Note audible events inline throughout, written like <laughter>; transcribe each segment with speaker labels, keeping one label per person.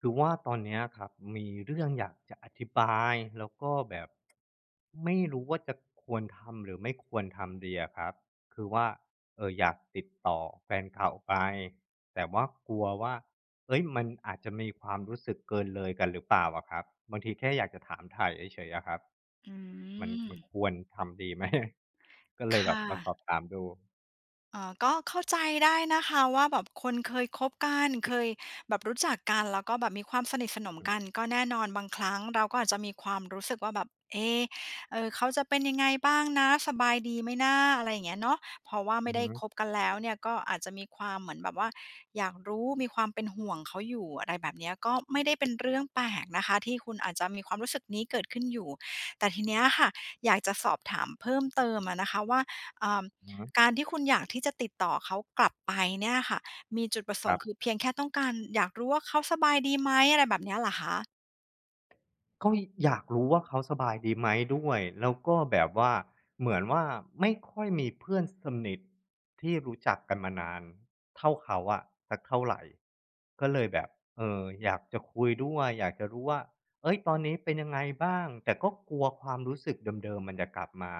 Speaker 1: คือว่าตอนเนี้ยครับมีเรื่องอยากจะอธิบายแล้วก็แบบไม่รู้ว่าจะควรทำหรือไม่ควรทำดีอะครับคือว่าอยากติดต่อแฟนเก่าไปแต่ว่ากลัวว่าเอ้ยมันอาจจะมีความรู้สึกเกินเลยกันหรือเปล่าอะครับบางทีแค่อยากจะถามไถ่ายเฉยๆอะครับ
Speaker 2: อื
Speaker 1: มัน
Speaker 2: ม
Speaker 1: มันควรทำดีไหม <laughs> ก็เลยแบบ
Speaker 2: ค่ะ
Speaker 1: มาสอบถามดู
Speaker 2: เออก็เข้าใจได้นะคะว่าแบบคนเคยคบกันเคยแบบรู้จักกันแล้วก็แบบมีความสนิทสนม
Speaker 1: อื
Speaker 2: กัน
Speaker 1: ม
Speaker 2: ก็แน่นอนบางครั้งเราก็อาจจะมีความรู้สึกว่าแบบเอะเออเขาจะเป็นยังไงบ้างนะสบายดีไหมนะอะไรอย่างเงี้ยเนาะเพราะว่า
Speaker 1: อื
Speaker 2: ไม่ได้ค
Speaker 1: ม
Speaker 2: บกันแล้วเนี่ยก็อาจจะมีความเหมือนแบบว่าอยากรู้มีความเป็นห่วงเขาอยู่อะไรแบบเนี้ยก็ไม่ได้เป็นเรื่องแปลกนะคะที่คุณอาจจะมีความรู้สึกนี้เกิดขึ้นอยู่แต่ทีเนี้ยค่ะอยากจะสอบถามเพิ่มเติมอะนะคะว่า
Speaker 1: อืม
Speaker 2: การที่คุณอยากที่จะติดต่อเขากลับไปเนี่ยค่ะมีจุดประส
Speaker 1: ค
Speaker 2: ง
Speaker 1: รั
Speaker 2: ค์คือ
Speaker 1: บ
Speaker 2: เพียงแค่ต้องการอยากรู้ว่าเขาสบายดีไหมอะไรแบบเนี้ยเหรอคะ
Speaker 1: ก็อยากรู้ว่าเขาสบายดีไหมด้วยแล้วก็แบบว่าเหมือนว่าไม่ค่อยมีเพื่อนสนิทที่รู้จักกันมานานเท่าเขาอะสักเท่าไหร่ก็เลยแบบอยากจะคุยด้วยอยากจะรู้ว่าเอ้ยตอนนี้เป็นยังไงบ้างแต่ก็กลัวความรู้สึกเดิมๆมันจะกลับมา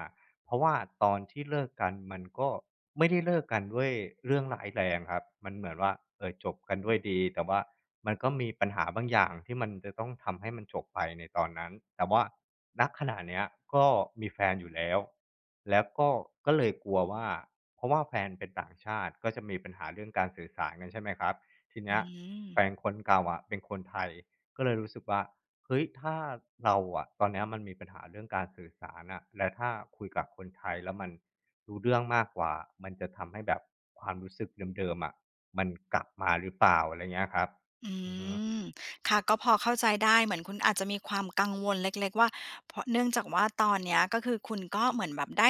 Speaker 1: เพราะว่าตอนที่เลิกกันมันก็ ไม่ได้เลิกกันด้วยเรื่องร้ายแรงครับมันเหมือนว่าจบกันด้วยดีแต่ว่ามันก็มีปัญหาบางอย่างที่มันจะต้องทำให้มันจบไปในตอนนั้นแต่ว่าณขณะเนี้ยก็มีแฟนอยู่แล้วแล้วก็ก็เลยกลัวว่าเพราะว่าแฟนเป็นต่างชาติก็จะมีปัญหาเรื่องการสื่อสารกันใช่ไหมครับที
Speaker 2: อื
Speaker 1: เนี้ย
Speaker 2: ม
Speaker 1: แฟนคนเก่าอะเป็นคนไทยก็เลยรู้สึกว่าเฮ้ยถ้าเราอะตอนเนี้ยมันมีปัญหาเรื่องการสื่อสารอะแล้วถ้าคุยกับคนไทยแล้วมัน รู้เรื่องมากกว่า มันจะทำให้แบบความรู้สึกเดิมๆอะมันกลับมาหรือเปล่าอะไรเงี้ยครับ
Speaker 2: อื
Speaker 1: อือฮึ
Speaker 2: มค่ะก็พอเข้าใจได้เหมือนคุณอาจจะมีความกังวลเล็กๆว่าเพราะเนื่องจากว่าตอนเนี้ยก็คือคุณก็เหมือนแบบได้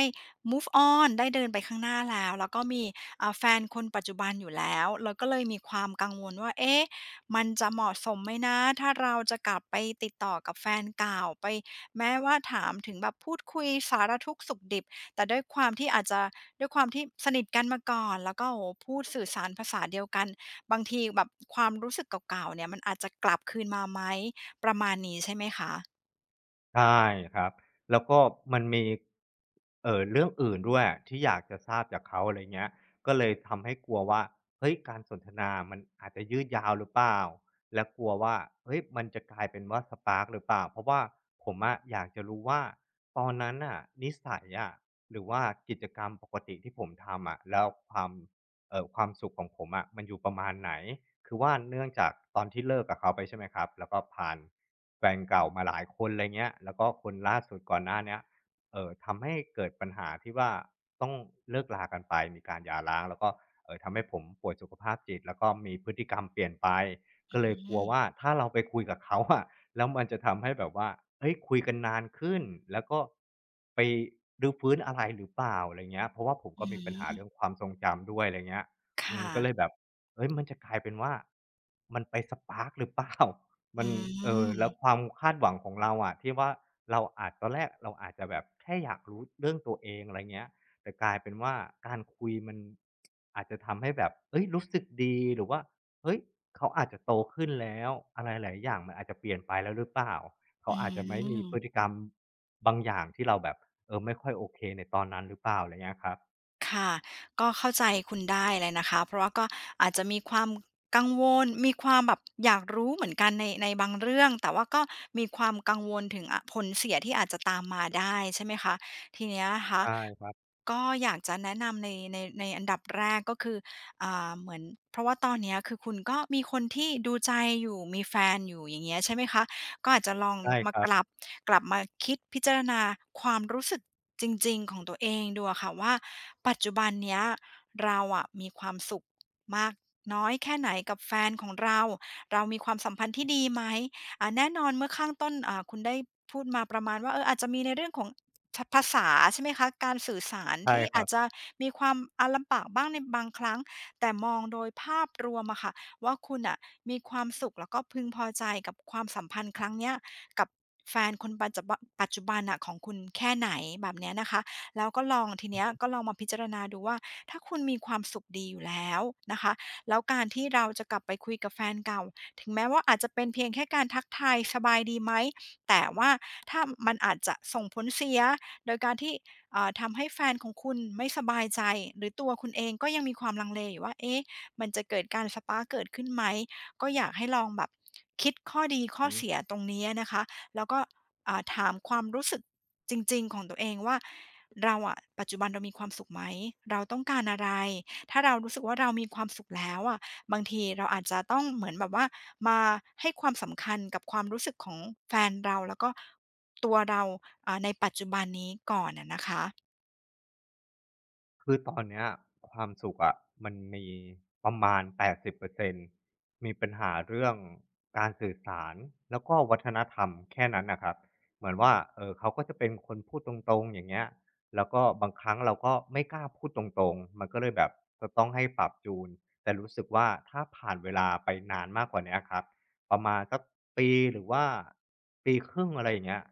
Speaker 2: move on ได้เดินไปข้างหน้าแล้วแล้วก็มีแฟนคนปัจจุบันอยู่แล้วแล้วก็เลยมีความกังวลว่าเอ๊ะมันจะเหมาะสมไหมนะถ้าเราจะกลับไปติดต่อกับแฟนเก่าไปแม้ว่าถามถึงแบบพูดคุยสารทุกข์สุขดิบแต่ด้วยความที่อาจจะด้วยความที่สนิทกันมาก่อนแล้วก็โอ้โฮพูดสื่อสารภาษาเดียวกัน บางทีแบบความรู้สึกเก่าๆเนี่ยมันอาจจะกลับคืนมาไหมประมาณนี้ใช่ไหมคะ
Speaker 1: ใช่ครับแล้วก็มันมีเรื่องอื่นด้วยที่อยากจะทราบจากเขาอะไรเงี้ยก็เลยทำให้กลัวว่าเฮ้ยการสนทนามันอาจจะยืดยาวหรือเปล่าและกลัวว่าเฮ้ยมันจะกลายเป็นว่าสปาร์กหรือเปล่าเพราะว่าผมอะอยากจะรู้ว่าตอนนั้นน่ะนิสัยอะหรือว่ากิจกรรมปกติที่ผมทำอะแล้วความสุขของผมอะมันอยู่ประมาณไหน คือว่าเนื่องจากตอนที่เลิกกับเขาไปใช่ไหมครับแล้วก็ผ่านแฟนเก่ามาหลายคนอะไรเงี้ยแล้วก็คนล่าสุดก่อนหน้าเนี้ยทำให้เกิดปัญหาที่ว่าต้องเลิกลากันไปมีการหย่าร้างแล้วก็ทำให้ผมป่วยสุขภาพจิตแล้วก็มีพฤติกรรมเปลี่ยนไป
Speaker 2: อื
Speaker 1: ก็เลยกลัว
Speaker 2: ม
Speaker 1: ว่าถ้าเราไปคุยกับเขาอะแล้วมันจะทำให้แบบว่าเฮ้ยคุยกันนานขึ้นแล้วก็ไปรื้อฟื้นอะไรหรือเปล่าอะไรเงี้ยเพราะว่าผม
Speaker 2: อื
Speaker 1: ก็มีปัญหา
Speaker 2: ม
Speaker 1: เรื่องความทรงจำด้วยอะไรเงี้ย
Speaker 2: ค่ะ
Speaker 1: ก็เลยแบบเฮ้ยมันจะกลายเป็นว่ามันไปสปาร์กหรือเปล่า <laughs>
Speaker 2: อื
Speaker 1: มันแล้วค
Speaker 2: ม
Speaker 1: วามคาดหวังของเราอะที่ว่า เราอาจตอนแรกเราอาจจะแบบแค่อยากรู้เรื่องตัวเองอะไรเงี้ยแต่กลายเป็นว่าการคุยมันอาจจะทำให้แบบเฮ้ยรู้สึกดีหรือว่าเฮ้ยเขาอาจจะโตขึ้นแล้วอะไรหลายๆอย่างมันอาจจะเปลี่ยนไปแล้วหรือเปล่าเขา
Speaker 2: อื
Speaker 1: อาจจะไม่มีพฤ
Speaker 2: ม
Speaker 1: ติกรรมบางอย่างที่เราแบบไม่ค่อยโอเคในตอนนั้นหรือเปล่าอะไรเงี้ยครับ
Speaker 2: ค่ะก็เข้าใจคุณได้เลยนะคะเพราะว่าก็อาจจะมีความกังวลมีความแบบอยากรู้เหมือนกันในบางเรื่องแต่ว่าก็มีความกังวลถึงอะผลเสียที่อาจจะตามมาได้ใช่ไหมคะทีเนี้ยนะคะ
Speaker 1: ใช่ครับ
Speaker 2: ก็อยากจะแนะนำในอันดับแรกก็คือเหมือนเพราะว่าตอนเนี้ยคือคุณก็มีคนที่ดูใจอยู่มีแฟนอยู่อย่างเงี้ยใช่ไหมคะ ก็อาจจะลอง
Speaker 1: ใช่
Speaker 2: มา
Speaker 1: ครั
Speaker 2: กลั
Speaker 1: บ
Speaker 2: บกลับมาคิดพิจารณาความรู้สึกจริงๆของตัวเองดูอะค่ะว่าปัจจุบันเนี้ยเราอะมีความสุขมากน้อยแค่ไหนกับแฟนของเราเรามีความสัมพันธ์ที่ดีไหมแน่นอนเมื่อข้างต้นคุณได้พูดมาประมาณว่าเอออาจจะมีในเรื่องของทภาษาใช่ไหมคะการสื่อสาร
Speaker 1: ใช่
Speaker 2: ที่
Speaker 1: ค
Speaker 2: อา
Speaker 1: รั
Speaker 2: จจะ
Speaker 1: บ
Speaker 2: มีความอาลำบากบ้างในบางครั้งแต่มองโดยภาพรวมอะค่ะ ว่าคุณอะมีความสุขแล้วก็พึงพอใจกับความสัมพันธ์ครั้งเนี้ยกับแฟนคนปัจจุบันอะของคุณแค่ไหนแบบเนี้ยนะคะแล้วก็ลองทีเนี้ยก็ลองมาพิจารณาดูว่าถ้าคุณมีความสุขดีอยู่แล้วนะคะแล้วการที่เราจะกลับไปคุยกับแฟนเก่าถึงแม้ว่าอาจจะเป็นเพียงแค่การทักทายสบายดีไหมแต่ว่าถ้ามันอาจจะส่งผลเสียโดยการที่ทำให้แฟนของคุณไม่สบายใจหรือตัวคุณเองก็ยังมีความลังเลอยู่ว่าเอ๊ะ มันจะเกิดการสปาร์กเกิดขึ้นไหมก็อยากให้ลองแบบคิดข้อดีข้อเสียตรงนี้นะคะแล้วก็ถามความรู้สึกจริงๆของตัวเองว่าเราอะปัจจุบันเรามีความสุขไหมเราต้องการอะไรถ้าเรารู้สึกว่าเรามีความสุขแล้วอะบางทีเราอาจจะต้องเหมือนแบบว่ามาให้ความสำคัญกับความรู้สึกของแฟนเราแล้วก็ตัวเราในปัจจุบันนี้ก่อนอะนะคะ
Speaker 1: คือตอนเนี้ยความสุขอะมันมีประมาณ 80%มีปัญหาเรื่องการสื่อสารแล้วก็วัฒนธรรมแค่นั้นน่ะครับเหมือนว่าเขาก็จะเป็นคนพูดตรงๆอย่างเงี้ยแล้วก็บางครั้งเราก็ไม่กล้าพูดตรงๆ มันก็เลยแบบจะต้องให้ปรับจูนแต่รู้สึกว่าถ้าผ่านเวลาไปนานมากกว่าเนี้ยครับ ประมาณสักปีหรือว่าปีครึ่งอะไรอย่างเงี้ย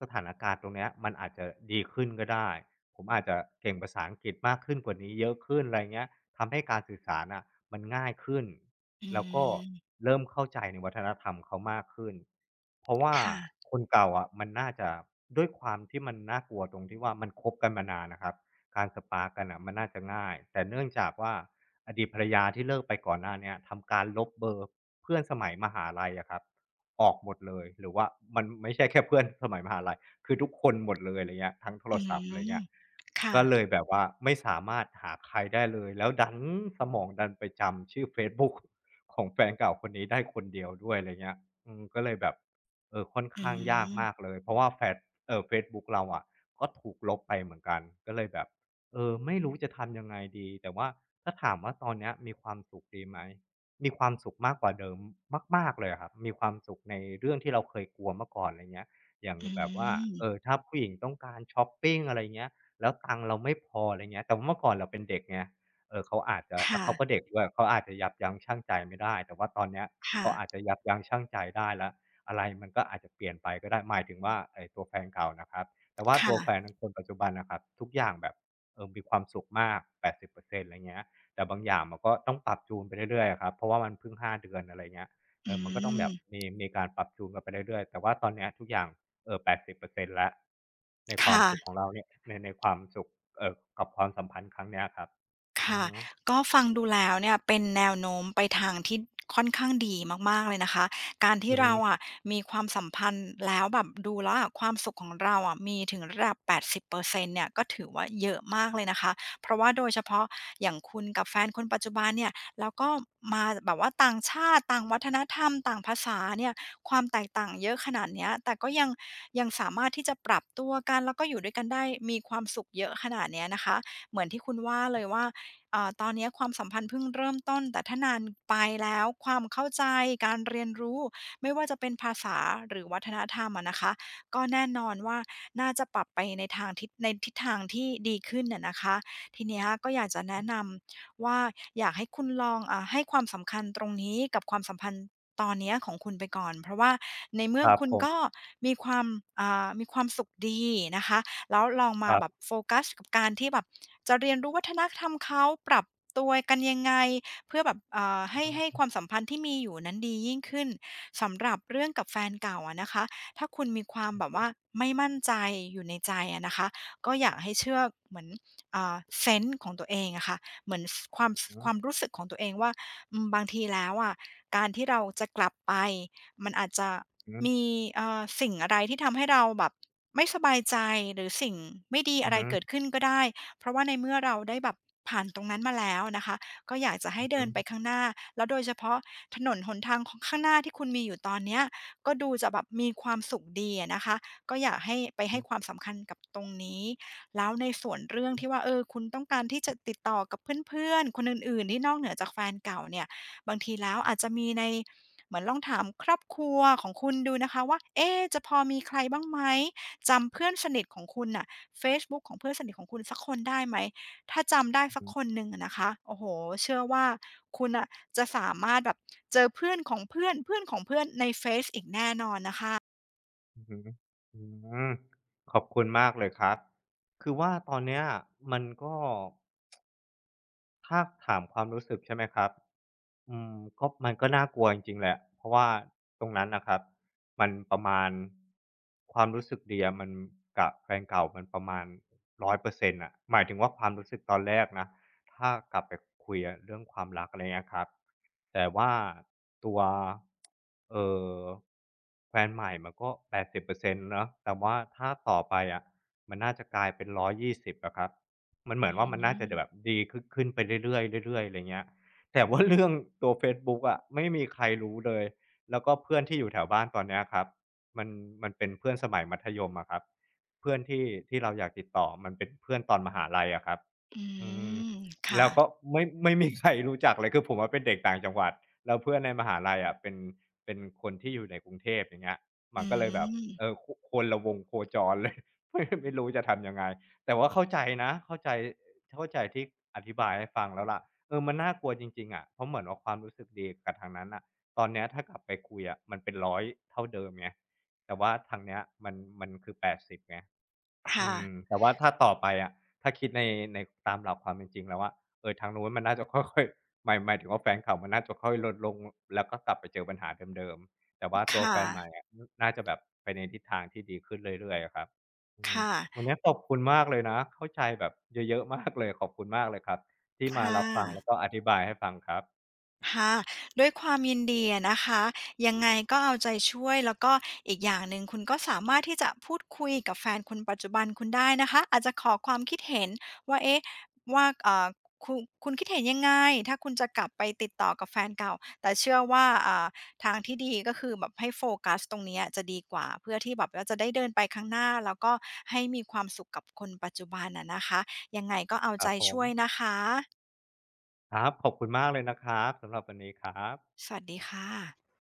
Speaker 1: สถานการณ์ตรงเนี้ยมันอาจจะดีขึ้นก็ได้ผมอาจจะเก่งภาษาอังกฤษมากขึ้นกว่านี้เยอะขึ้นอะไรเงี้ยทำให้การสื่อสารอ่ะมันง่ายขึ้น
Speaker 2: อื
Speaker 1: แล้วก็
Speaker 2: ม
Speaker 1: เริ่มเข้าใจในวัฒนธรรมเขามากขึ้นเพราะว่า
Speaker 2: ค่ะ
Speaker 1: คนเก่าอะมันน่าจะด้วยความที่มันน่ากลัวตรงที่ว่ามันคบกันมานานนะครับการสปาร์กกันอ่ะมันน่าจะง่ายแต่เนื่องจากว่า อดีตภรรยาที่เลิกไปก่อนหน้าเนี่ยทำการลบเบอร์เพื่อนสมัยมหาลัยอะครับออกหมดเลยหรือว่ามันไม่ใช่แค่เพื่อนสมัยมหาลัยคือทุกคนหมดเลยอะไรเงี้ยทั้งโทร
Speaker 2: อื
Speaker 1: ศัพท์อะไร
Speaker 2: ม
Speaker 1: เงี้ย
Speaker 2: ค่ะ
Speaker 1: ก็เลยแบบว่าไม่สามารถหาใครได้เลยแล้วดันสมองดันไปจำชื่อเฟซบุ๊กของแฟนเก่าคนนี้ได้คนเดียวด้วยอะไรเงี้ยอืมก็เลยแบบเออค่อน
Speaker 2: อื
Speaker 1: ข้างยาก
Speaker 2: ม
Speaker 1: มากเลยเพราะว่าแฟดเอ่อเฟซบุ๊กเราอะก็ถูกลบไปเหมือนกันก็เลยแบบ เออไม่รู้จะทำยังไงดีแต่ว่าถ้าถามว่าตอนเนี้ยมีความสุขดีไหมมีความสุขมากกว่าเดิมมากๆเลยอะครับมีความสุขในเรื่องที่เราเคยกลัวมาก่อนอะไรเงี้ยอย่าง
Speaker 2: อื
Speaker 1: แบบว่าเอ
Speaker 2: ม
Speaker 1: อถ้าผู้หญิงต้องการชอปปิงอะไรเงี้ยแล้วตังค์เราไม่พออะไรเงี้ยแต่ว่าเมื่อก่อนเราเป็นเด็กไงเออเขาอาจจะแล้
Speaker 2: ค่ะ
Speaker 1: วเขาก็เด็กด้วยเขาอาจจะยับยั้งชั่งใจไม่ได้แต่ว่าตอนเนี้ย
Speaker 2: ค่ะ
Speaker 1: เขาอาจจะยับยั้งชั่งใจได้แล้วอะไรมันก็อาจจะเปลี่ยนไปก็ได้หมายถึงว่าไอ้ตัวแฟนเก่านะครับแต่ว่าตั
Speaker 2: ค่ะ
Speaker 1: วแฟนคนปัจจุบันน่ะครับทุกอย่างแบบ เออมีความสุขมาก80%อร์เซ็นต์อะไรเงี้ยแต่บางอย่างมันก็ต้องปรับจูนไปเรื่อยๆอะครับเพราะว่ามันเพิ่งห้าเดือนอะไรเงี้ยเอ
Speaker 2: อื
Speaker 1: อมันก็ต้องแบบ
Speaker 2: ม
Speaker 1: มีการปรับจูนกันไปเรื่อยๆแต่ว่าตอนเนี้ยทุกอย่างเอ่อ80%แล้วในความสุขข
Speaker 2: ค่ะ
Speaker 1: องเราเนี่ยในความสุขเอ่อกับความสัมพันธ์ครั้งเนี้ยครับอื
Speaker 2: ค่ะ
Speaker 1: อฮึ
Speaker 2: ก็ฟังดูแล้วเนี่ยเป็นแนวโน้มไปทางที่ค่อนข้างดีมากๆเลยนะคะการที่
Speaker 1: อือฮึ
Speaker 2: เราอะมีความสัมพันธ์แล้วแบบดูแล้วอะความสุขของเราอะมีถึงระดับ80%เปอร์เซ็นต์เนี่ยก็ถือว่าเยอะมากเลยนะคะเพราะว่าโดยเฉพาะอย่างคุณกับแฟนคนปัจจุบันเนี่ยแล้วก็มาแบบว่าต่างชาติต่างวัฒนธรรมต่างภาษาเนี่ยความแตกต่างเยอะขนาดเนี้ยแต่ก็ยังยังสามารถที่จะปรับตัวกันแล้วก็อยู่ด้วยกันได้มีความสุขเยอะขนาดเนี้ยนะคะเหมือนที่คุณว่าเลยว่า ตอนนี้ความสัมพันธ์เพิ่งเริ่มต้นแต่ถ้านานไปแล้วความเข้าใจการเรียนรู้ไม่ว่าจะเป็นภาษาหรือวัฒนธรรมอะนะคะก็แน่นอนว่าน่าจะปรับไปในทิศทางที่ดีขึ้นน่ะนะคะทีเนี้ยก็อยากจะแนะนำว่าอยากให้คุณลองให้ความสำคัญตรงนี้กับความสัมพันธ์ตอนเนี้ยของคุณไปก่อนเพราะว่าในเมื่
Speaker 1: ค
Speaker 2: อ
Speaker 1: รับ
Speaker 2: คุณ
Speaker 1: ผม
Speaker 2: ก็มีความมีความสุขดีนะคะ แล้วลอง
Speaker 1: ค
Speaker 2: มา
Speaker 1: รั
Speaker 2: แบบ
Speaker 1: บ
Speaker 2: โฟกัสกับการที่แบบจะเรียนรู้วัฒนธรรมเขาปรับตัวกันยังไงเพื่อแบบเอ่าให้
Speaker 1: อือ
Speaker 2: ความสัมพันธ์ที่มีอยู่นั้นดียิ่งขึ้นสำหรับเรื่องกับแฟนเก่าอะนะคะถ้าคุณมีความแบบว่าไม่มั่นใจอยู่ในใจอะนะคะก็อยากให้เชื่อเหมือนเซนส์ของตัวเองอะค่ะเหมือนความ
Speaker 1: อื
Speaker 2: ควา
Speaker 1: อ
Speaker 2: มรู้สึกของตัวเองว่าบางทีแล้วอะการที่เราจะกลับไป มันอาจจะ
Speaker 1: อือ
Speaker 2: มีสิ่งอะไรที่ทำให้เราแบบไม่สบายใจหรือสิ่งไม่ดี
Speaker 1: อื
Speaker 2: อะ
Speaker 1: อ
Speaker 2: ไร
Speaker 1: ฮึ
Speaker 2: เกิดขึ้นก็ได้เพราะว่าในเมื่อเราได้แบบผ่านตรงนั้นมาแล้วนะคะก็อยากจะให้
Speaker 1: อือ
Speaker 2: เดิ
Speaker 1: ฮึ
Speaker 2: นไปข้างหน้าแล้วโดยเฉพาะถนนหนทางของข้างหน้าที่คุณมีอยู่ตอนเนี้ยก็ดูจะแบบมีความสุขดีอะนะคะก็อยากให้ไป
Speaker 1: อื
Speaker 2: ให้
Speaker 1: อ
Speaker 2: ความสำคัญกับตรงนี้แล้วในส่วนเรื่องที่ว่าคุณต้องการที่จะติดต่อกับเพื่อนๆคนอื่นๆที่นอกเหนือจากแฟนเก่าเนี่ยบางทีแล้วอาจจะมีใน เหมือนลองถามครอบครัวของคุณดูนะคะว่า เอ๊ะจะพอมีใครบ้างไหมจำเพื่อนสนิทของคุณน่ะเฟซบุ๊กของเพื่อนสนิทของคุณสักคนได้ไหมถ้าจำได้สัก
Speaker 1: ฮึ
Speaker 2: คนหนึ่งอะนะคะโอ้โฮเชื่อว่าคุณน่ะจะสามารถแบบเจอเพื่อนของเพื่อนเพื่อนของเพื่อนในเฟซอีกแน่นอนนะคะ
Speaker 1: อือฮึอือขอบคุณมากเลยครับคือว่าตอนเนี้ยมันก็ ถ้าถามความรู้สึกใช่ไหมครับอืมก็มันก็น่ากลัวจริงๆแหละ เพราะว่าตรงนั้นนะครับมันประมาณความรู้สึกดีอะมันกับแฟนเก่ามันประมาณ100%น่ะหมายถึงว่าความรู้สึกตอนแรกนะถ้ากลับไปคุยอะเรื่องความรักอะไรเงี้ยครับ แต่ว่าตัวเอ่อแฟนใหม่มันก็80%เปอร์เซ็นต์เนาะแต่ว่าถ้าต่อไปอะมันน่าจะกลายเป็น120อยยี่สิบอะครับ มันเห
Speaker 2: อื
Speaker 1: มือนว่ามันน่าจะแบบ
Speaker 2: ม
Speaker 1: ดีขึ้นขึ้นไปเรื่อยๆเรื่อยๆอะไรเงี้ยแต่ว่าเรื่องตัวเฟซบุ๊กอะไม่มีใครรู้เลย แล้วก็เพื่อนที่อยู่แถวบ้านตอนเนี้ยครับมันเป็นเพื่อนสมัยมัธยมอะครับเพื่อนที่เราอยากติดต่อมันเป็นเพื่อนตอนมหาลัยอะครับ
Speaker 2: อื
Speaker 1: อืม
Speaker 2: มค่ะ
Speaker 1: แล้วก็ไม่มีใครรู้จักเลยคือผมอะเป็นเด็กต่างจังหวัดแล้วเพื่อนในมหาลัยอะเป็นคนที่อยู่ในกรุงเทพอย่างเงี้ย
Speaker 2: อื
Speaker 1: มันก็เลยแบบเอ
Speaker 2: ม
Speaker 1: อคคนละวงโคจรเลย <laughs> ไม่รู้จะทำยังไง แต่ว่าเข้าใจนะเข้าใจเข้าใจที่อธิบายให้ฟังแล้วล่ะเออมันน่ากลัวจริงๆอะเพราะเหมือนว่าความรู้สึกดีกับทางนั้นน่ะตอนเนี้ยถ้ากลับไปคุยอะมันเป็นร้อยเท่าเดิมไงแต่ว่าทางเนี้ยมันคือ80ไง อื
Speaker 2: ค่ะ
Speaker 1: มแต่ว่าถ้าต่อไปอะถ้าคิดในในตามหลักความเป็นจริงแล้วอะเออทางนู้นมันน่าจะ <laughs> ค่อยๆหมายถึงว่าแฟนเก่ามันน่าจะค่อยลดลงแล้วก็กลับไปเจอปัญหาเดิมๆแต่ว่าตัวแฟ
Speaker 2: ค่ะ
Speaker 1: นใหม่อะน่าจะแบบไปในทิศทางที่ดีขึ้นเรื่อยๆอะครับอื
Speaker 2: ค
Speaker 1: มวั
Speaker 2: ่ะ
Speaker 1: นเนี้ยขอบคุณมากเลยนะเข้าใจแบบเยอะๆมากเลยขอบคุณมากเลยครับที่มา
Speaker 2: ค่ะ
Speaker 1: รับฟังแล้วก็อธิบายให้ฟังครับ
Speaker 2: ค่ะด้วยความยินดีอะนะคะยังไงก็เอาใจช่วยแล้วก็อีกอย่างหนึ่งคุณก็สามารถที่จะพูดคุยกับแฟนคนปัจจุบันคุณได้นะคะอาจจะขอความคิดเห็นว่าเอ๊ะว่าเอ่อคุณคุณคิดเห็นยังไงถ้าคุณจะกลับไปติดต่อกับแฟนเก่าแต่เชื่อว่าทางที่ดีก็คือแบบให้โฟกัสตรงเนี้ยจะดีกว่าเพื่อที่แบบว่าจะได้เดินไปข้างหน้าแล้วก็ให้มีความสุขกับคนปัจจุบันอะนะคะยังไงก็เอา
Speaker 1: ครั
Speaker 2: ใจ
Speaker 1: บผม
Speaker 2: ช่วยนะคะ
Speaker 1: ครับขอบคุณมากเลยนะครับสำหรับวันนี้ครับ
Speaker 2: สวัสดีค่ะ